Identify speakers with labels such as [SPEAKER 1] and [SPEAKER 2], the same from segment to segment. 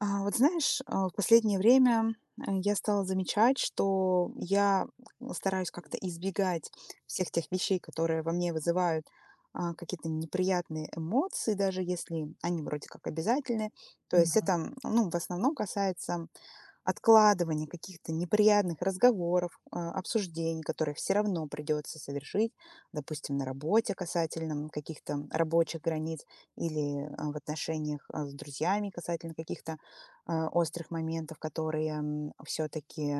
[SPEAKER 1] В последнее время я стала замечать, что я стараюсь как-то избегать всех тех вещей, которые во мне вызывают какие-то неприятные эмоции, даже если они вроде как обязательны. То есть
[SPEAKER 2] Мгм.
[SPEAKER 1] это в основном касается откладывание каких-то неприятных разговоров, обсуждений, которые все равно придется совершить, допустим, на работе касательно каких-то рабочих границ или в отношениях с друзьями касательно каких-то острых моментов, которые все-таки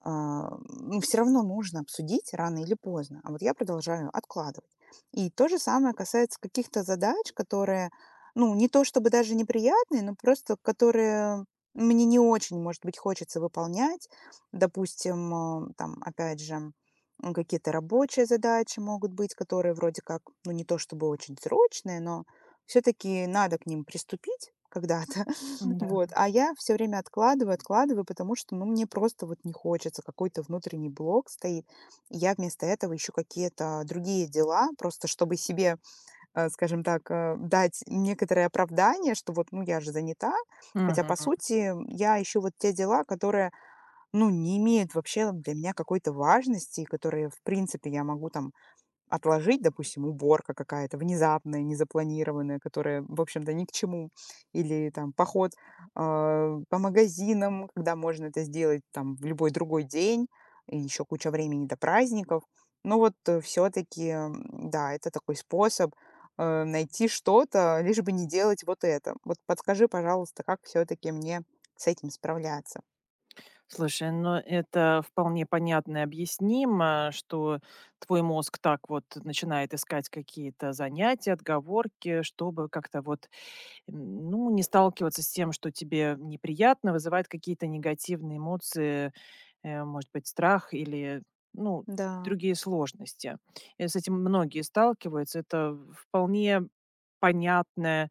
[SPEAKER 1] все равно нужно обсудить рано или поздно. А вот я продолжаю откладывать. И то же самое касается каких-то задач, которые, ну, не то чтобы даже неприятные, но просто которые мне не очень, может быть, хочется выполнять. Допустим, там, опять же, какие-то рабочие задачи могут быть, которые вроде как, ну, не то чтобы очень срочные, но все-таки надо к ним приступить когда-то.
[SPEAKER 2] Да.
[SPEAKER 1] Вот, а я все время откладываю, откладываю, потому что, ну, мне просто вот не хочется, какой-то внутренний блок стоит. И я вместо этого ищу какие-то другие дела, просто чтобы себе, скажем так, дать некоторое оправдание, что вот, ну, я же занята. Хотя, по
[SPEAKER 2] Мгм.
[SPEAKER 1] сути, я ищу вот те дела, которые, ну, не имеют вообще для меня какой-то важности, и которые, в принципе, я могу там отложить, допустим, уборка какая-то внезапная, незапланированная, которая, в общем-то, ни к чему. Или там поход, по магазинам, когда можно это сделать там в любой другой день, и еще куча времени до праздников. Но вот, все-таки, да, это такой способ, найти что-то, лишь бы не делать вот это. Вот подскажи, пожалуйста, как все-таки мне с этим справляться?
[SPEAKER 2] Слушай, ну это вполне понятно и объяснимо, что твой мозг так вот начинает искать какие-то занятия, отговорки, чтобы как-то ну, не сталкиваться с тем, что тебе неприятно, вызывает какие-то негативные эмоции, может быть, страх или, ну,
[SPEAKER 1] Да,
[SPEAKER 2] другие сложности. С этим многие сталкиваются. Это вполне понятная,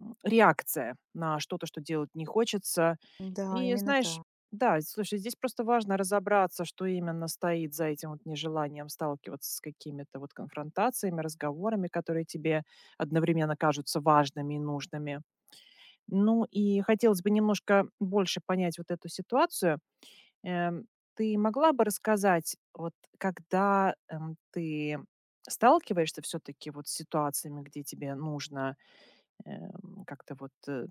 [SPEAKER 2] реакция на что-то, что делать не хочется.
[SPEAKER 1] да,
[SPEAKER 2] И
[SPEAKER 1] именно
[SPEAKER 2] знаешь,
[SPEAKER 1] так.
[SPEAKER 2] да, слушай, здесь просто важно разобраться, что именно стоит за этим вот нежеланием сталкиваться с какими-то вот конфронтациями, разговорами, которые тебе одновременно кажутся важными и нужными. Ну и хотелось бы немножко больше понять вот эту ситуацию. Эм, Ты могла бы рассказать, вот когда ты сталкиваешься все-таки вот с ситуациями, где тебе нужно как-то вот,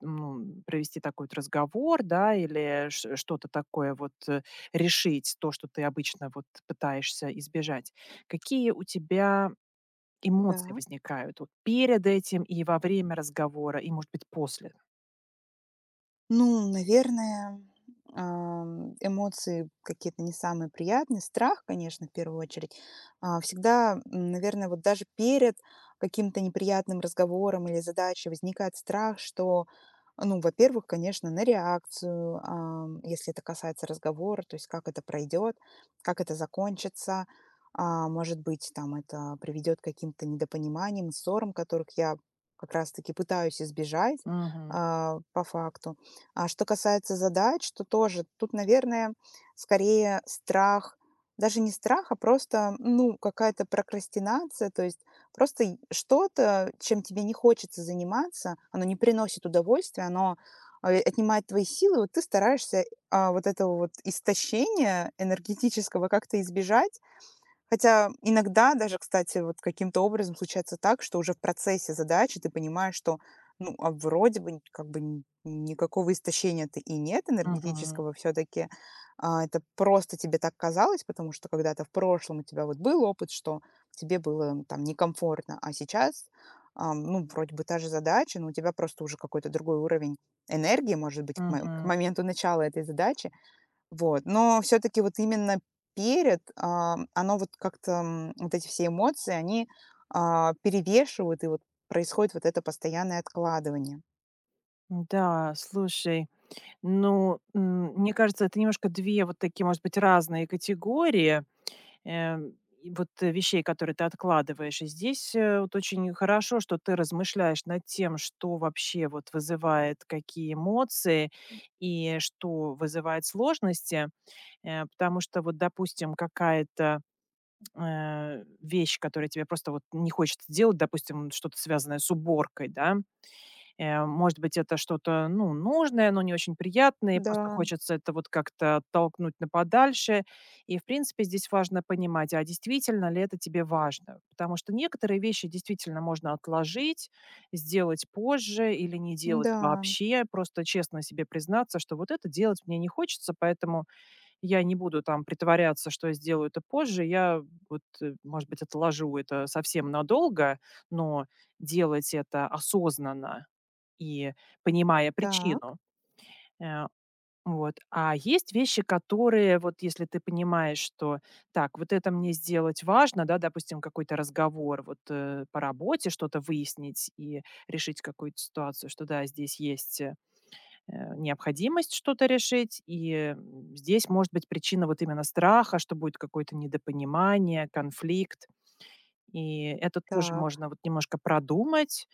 [SPEAKER 2] ну, провести такой вот разговор, да, или ш что-то такое вот, решить, то, что ты обычно вот пытаешься избежать. Какие у тебя эмоции
[SPEAKER 1] Да.
[SPEAKER 2] возникают вот перед этим и во время разговора, и, может быть, после?
[SPEAKER 1] Ну, наверное, эмоции какие-то не самые приятные. Страх, конечно, в первую очередь. Всегда, наверное, вот даже перед каким-то неприятным разговором или задачей возникает страх, что, ну, во-первых, конечно, на реакцию, если это касается разговора, то есть как это пройдет, как это закончится. Может быть, там это приведет к каким-то недопониманиям, ссорам, которых я как раз-таки пытаюсь избежать
[SPEAKER 2] Мгм.
[SPEAKER 1] по факту. А что касается задач, то тоже тут, наверное, скорее страх, даже не страх, а просто, ну, какая-то прокрастинация, то есть просто и что-то, чем тебе не хочется заниматься, оно не приносит удовольствия, оно отнимает твои силы, вот ты стараешься вот этого вот истощения энергетического как-то избежать. Хотя иногда даже, кстати, вот каким-то образом случается так, что уже в процессе задачи ты понимаешь, что, ну, а вроде бы как бы никакого истощения-то и нет
[SPEAKER 2] Мгм.
[SPEAKER 1] энергетического все-таки. Это просто тебе так казалось, потому что когда-то в прошлом у тебя вот был опыт, что тебе было там некомфортно, а сейчас, ну, вроде бы та же задача, но у тебя просто уже какой-то другой уровень энергии, может быть, к
[SPEAKER 2] Мгм.
[SPEAKER 1] моменту начала этой задачи, вот, но все таки вот именно перед, оно вот как-то, вот эти все эмоции, они, перевешивают, и вот происходит вот это постоянное откладывание.
[SPEAKER 2] Да, слушай, ну, мне кажется, это немножко 2 вот такие, может быть, разные категории. Эм, и вот, вещей, которые ты откладываешь. И здесь, вот очень хорошо, что ты размышляешь над тем, что вообще вот вызывает какие эмоции и что вызывает сложности. Потому что вот, допустим, какая-то, вещь, которая тебе просто вот не хочется делать, допустим, что-то связанное с уборкой, да. Может быть, это что-то, ну, нужное, но не очень приятное, и просто
[SPEAKER 1] Да,
[SPEAKER 2] хочется это вот как-то оттолкнуть на подальше. И, в принципе, здесь важно понимать, а действительно ли это тебе важно. Потому что некоторые вещи действительно можно отложить, сделать позже или не делать
[SPEAKER 1] да,
[SPEAKER 2] вообще. Просто честно себе признаться, что вот это делать мне не хочется, поэтому я не буду там притворяться, что я сделаю это позже. Я вот, может быть, отложу это совсем надолго, но делать это осознанно, и понимая
[SPEAKER 1] так,
[SPEAKER 2] причину. Э, вот. А есть вещи, которые вот если ты понимаешь, что так, вот это мне сделать важно, да, допустим, какой-то разговор вот по работе, что-то выяснить и решить какую-то ситуацию, что да, здесь есть необходимость что-то решить, и здесь может быть причина вот именно страха, что будет какое-то недопонимание, конфликт. И это тоже
[SPEAKER 1] так,
[SPEAKER 2] можно вот немножко продумать.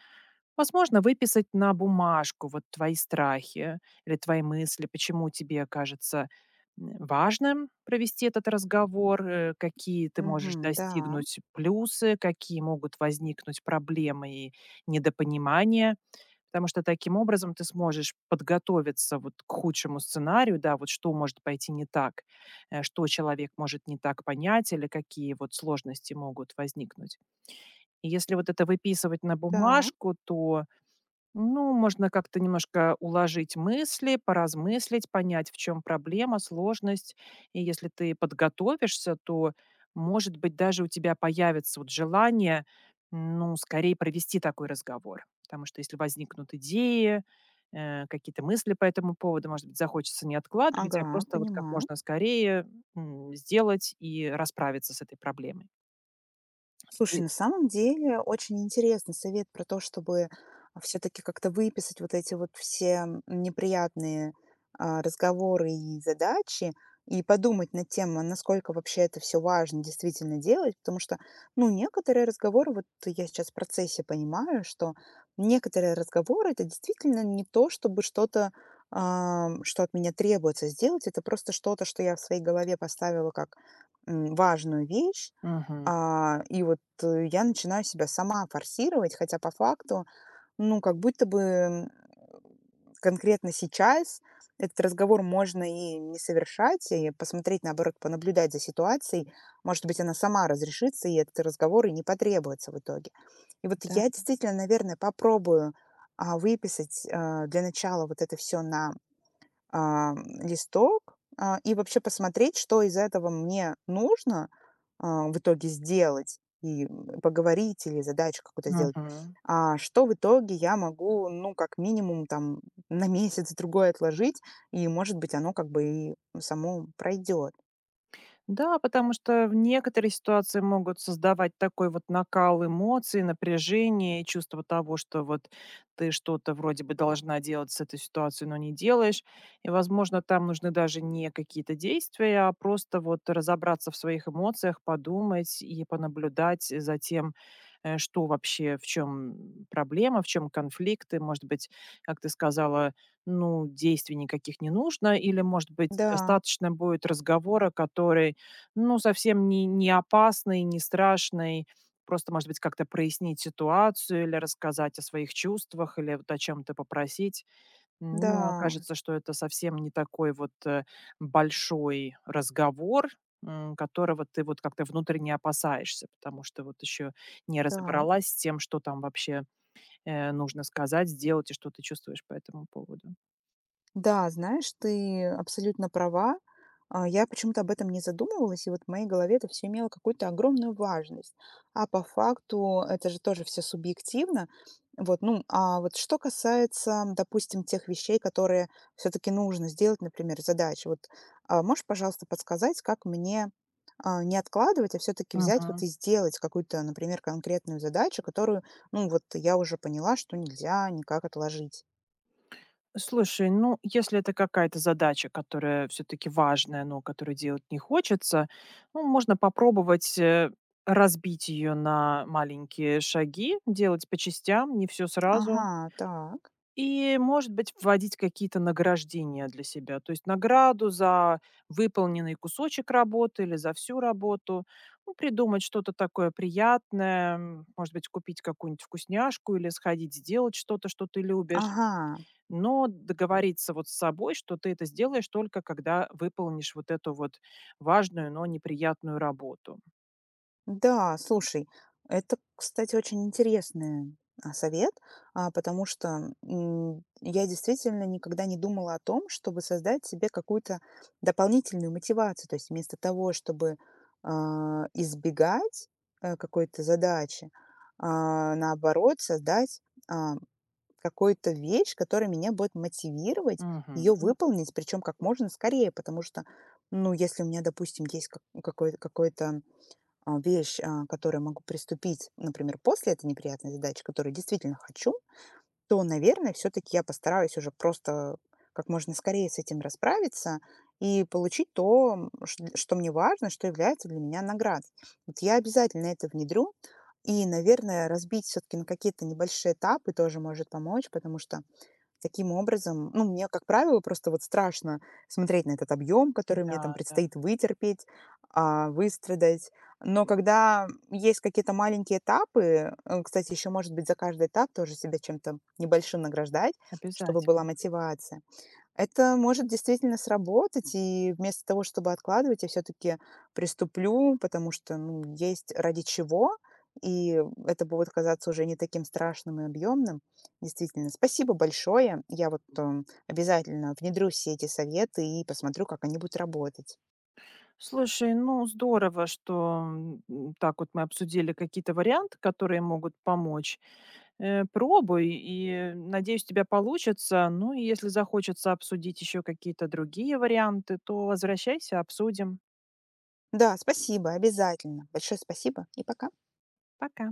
[SPEAKER 2] Возможно, выписать на бумажку вот твои страхи или твои мысли, почему тебе кажется важным провести этот разговор, какие ты можешь
[SPEAKER 1] мгм, да,
[SPEAKER 2] достигнуть плюсы, какие могут возникнуть проблемы и недопонимания. Потому что таким образом ты сможешь подготовиться вот к худшему сценарию, да, вот что может пойти не так, что человек может не так понять или какие вот сложности могут возникнуть. И если вот это выписывать на
[SPEAKER 1] да,
[SPEAKER 2] бумажку, то ну, можно как-то немножко уложить мысли, поразмыслить, понять, в чем проблема, сложность. И если ты подготовишься, то, может быть, даже у тебя появится вот желание, ну, скорее провести такой разговор. Потому что если возникнут идеи, какие-то мысли по этому поводу, может быть, захочется не откладывать, а
[SPEAKER 1] ага,
[SPEAKER 2] просто вот как
[SPEAKER 1] понимаю.
[SPEAKER 2] можно скорее сделать и расправиться с этой проблемой.
[SPEAKER 1] Слушай,
[SPEAKER 2] Ты-
[SPEAKER 1] на самом деле очень интересный совет про то, чтобы все-таки как-то выписать вот эти вот все неприятные разговоры и задачи и подумать над тем, а насколько вообще это все важно действительно делать, потому что, ну, некоторые разговоры, вот я сейчас в процессе понимаю, что некоторые разговоры это действительно не то, чтобы что-то, что от меня требуется сделать, это просто что-то, что я в своей голове поставила как важную вещь,
[SPEAKER 2] Мгм.
[SPEAKER 1] и вот, я начинаю себя сама форсировать, хотя по факту, ну, как будто бы, конкретно сейчас этот разговор можно и не совершать, и посмотреть, наоборот, понаблюдать за ситуацией. Может быть, она сама разрешится, и этот разговор и не потребуется в итоге. И вот
[SPEAKER 2] Да.
[SPEAKER 1] я действительно, наверное, попробую, выписать, для начала вот это все на а, листок, и вообще посмотреть, что из этого мне нужно, в итоге сделать, и, поговорить или задачу какую-то сделать,
[SPEAKER 2] Мгм.
[SPEAKER 1] а что в итоге я могу, ну, как минимум, там, на месяц-другой отложить, и, может быть, оно как бы и само пройдет.
[SPEAKER 2] Да, потому что в некоторые ситуации могут создавать такой вот накал эмоций, напряжение, чувство того, что вот ты что-то вроде бы должна делать с этой ситуацией, но не делаешь. И, возможно, там нужны даже не какие-то действия, а просто вот разобраться в своих эмоциях, подумать и понаблюдать за тем, что вообще, в чем проблема, в чем конфликты. Может быть, как ты сказала, ну, действий никаких не нужно, или, может быть,
[SPEAKER 1] Да,
[SPEAKER 2] достаточно будет разговора, который ну, совсем не опасный, не страшный. Просто, может быть, как-то прояснить ситуацию или рассказать о своих чувствах, или вот о чем то попросить. Ну,
[SPEAKER 1] да,
[SPEAKER 2] окажется, что это совсем не такой вот, большой разговор, которого ты вот как-то внутренне опасаешься, потому что вот еще не
[SPEAKER 1] да.
[SPEAKER 2] разобралась с тем, что там вообще, нужно сказать, сделать и что ты чувствуешь по этому поводу.
[SPEAKER 1] Да, знаешь, ты абсолютно права. Я почему-то об этом не задумывалась, и вот в моей голове это все имело какую-то огромную важность. А по факту это же тоже все субъективно. Вот, ну, а вот что касается, допустим, тех вещей, которые все-таки нужно сделать, например, задачи. Вот, можешь, пожалуйста, подсказать, как мне не откладывать, а все-таки взять вот и сделать какую-то, например, конкретную задачу, которую, ну, вот я уже поняла, что нельзя никак отложить.
[SPEAKER 2] Слушай, ну, если это какая-то задача, которая все-таки важная, но которую делать не хочется, ну, можно попробовать разбить ее на маленькие шаги, делать по частям, не все сразу.
[SPEAKER 1] Ага, так.
[SPEAKER 2] И, может быть, вводить какие-то награждения для себя. То есть награду за выполненный кусочек работы или за всю работу. Ну, придумать что-то такое приятное. Может быть, купить какую-нибудь вкусняшку или сходить сделать что-то, что ты любишь,
[SPEAKER 1] Ага,
[SPEAKER 2] но договориться вот с собой, что ты это сделаешь только когда выполнишь вот эту вот важную, но неприятную работу.
[SPEAKER 1] да, слушай, это, кстати, очень интересный совет, потому что я действительно никогда не думала о том, чтобы создать себе какую-то дополнительную мотивацию. То есть вместо того, чтобы избегать какой-то задачи, наоборот, создать а, какую-то вещь, которая меня будет мотивировать ее
[SPEAKER 2] Мгм.
[SPEAKER 1] выполнить, причем как можно скорее, потому что, ну, если у меня, допустим, есть какой-то вещь, к которой могу приступить, например, после этой неприятной задачи, которую действительно хочу, то, наверное, все-таки я постараюсь уже просто как можно скорее с этим расправиться и получить то, что мне важно, что является для меня наградой. Вот я обязательно это внедрю. И, наверное, разбить все-таки на какие-то небольшие этапы тоже может помочь, потому что таким образом, ну, мне, как правило, просто вот страшно смотреть на этот объем, который мне там
[SPEAKER 2] Да, да,
[SPEAKER 1] предстоит вытерпеть, выстрадать. Но когда есть какие-то маленькие этапы, кстати, еще, может быть, за каждый этап тоже себя чем-то небольшим награждать, чтобы была
[SPEAKER 2] обязательно.
[SPEAKER 1] мотивация. Это может действительно сработать, и вместо того, чтобы откладывать, я все-таки приступлю, потому что ну, есть ради чего, и это будет казаться уже не таким страшным и объемным. Действительно, спасибо большое. Я вот обязательно внедрю все эти советы и посмотрю, как они будут работать.
[SPEAKER 2] Слушай, ну здорово, что так вот мы обсудили какие-то варианты, которые могут помочь. Пробуй, и надеюсь, у тебя получится. Ну и если захочется обсудить еще какие-то другие варианты, то возвращайся, обсудим.
[SPEAKER 1] Да, спасибо, обязательно. Большое спасибо и пока.
[SPEAKER 2] Пока.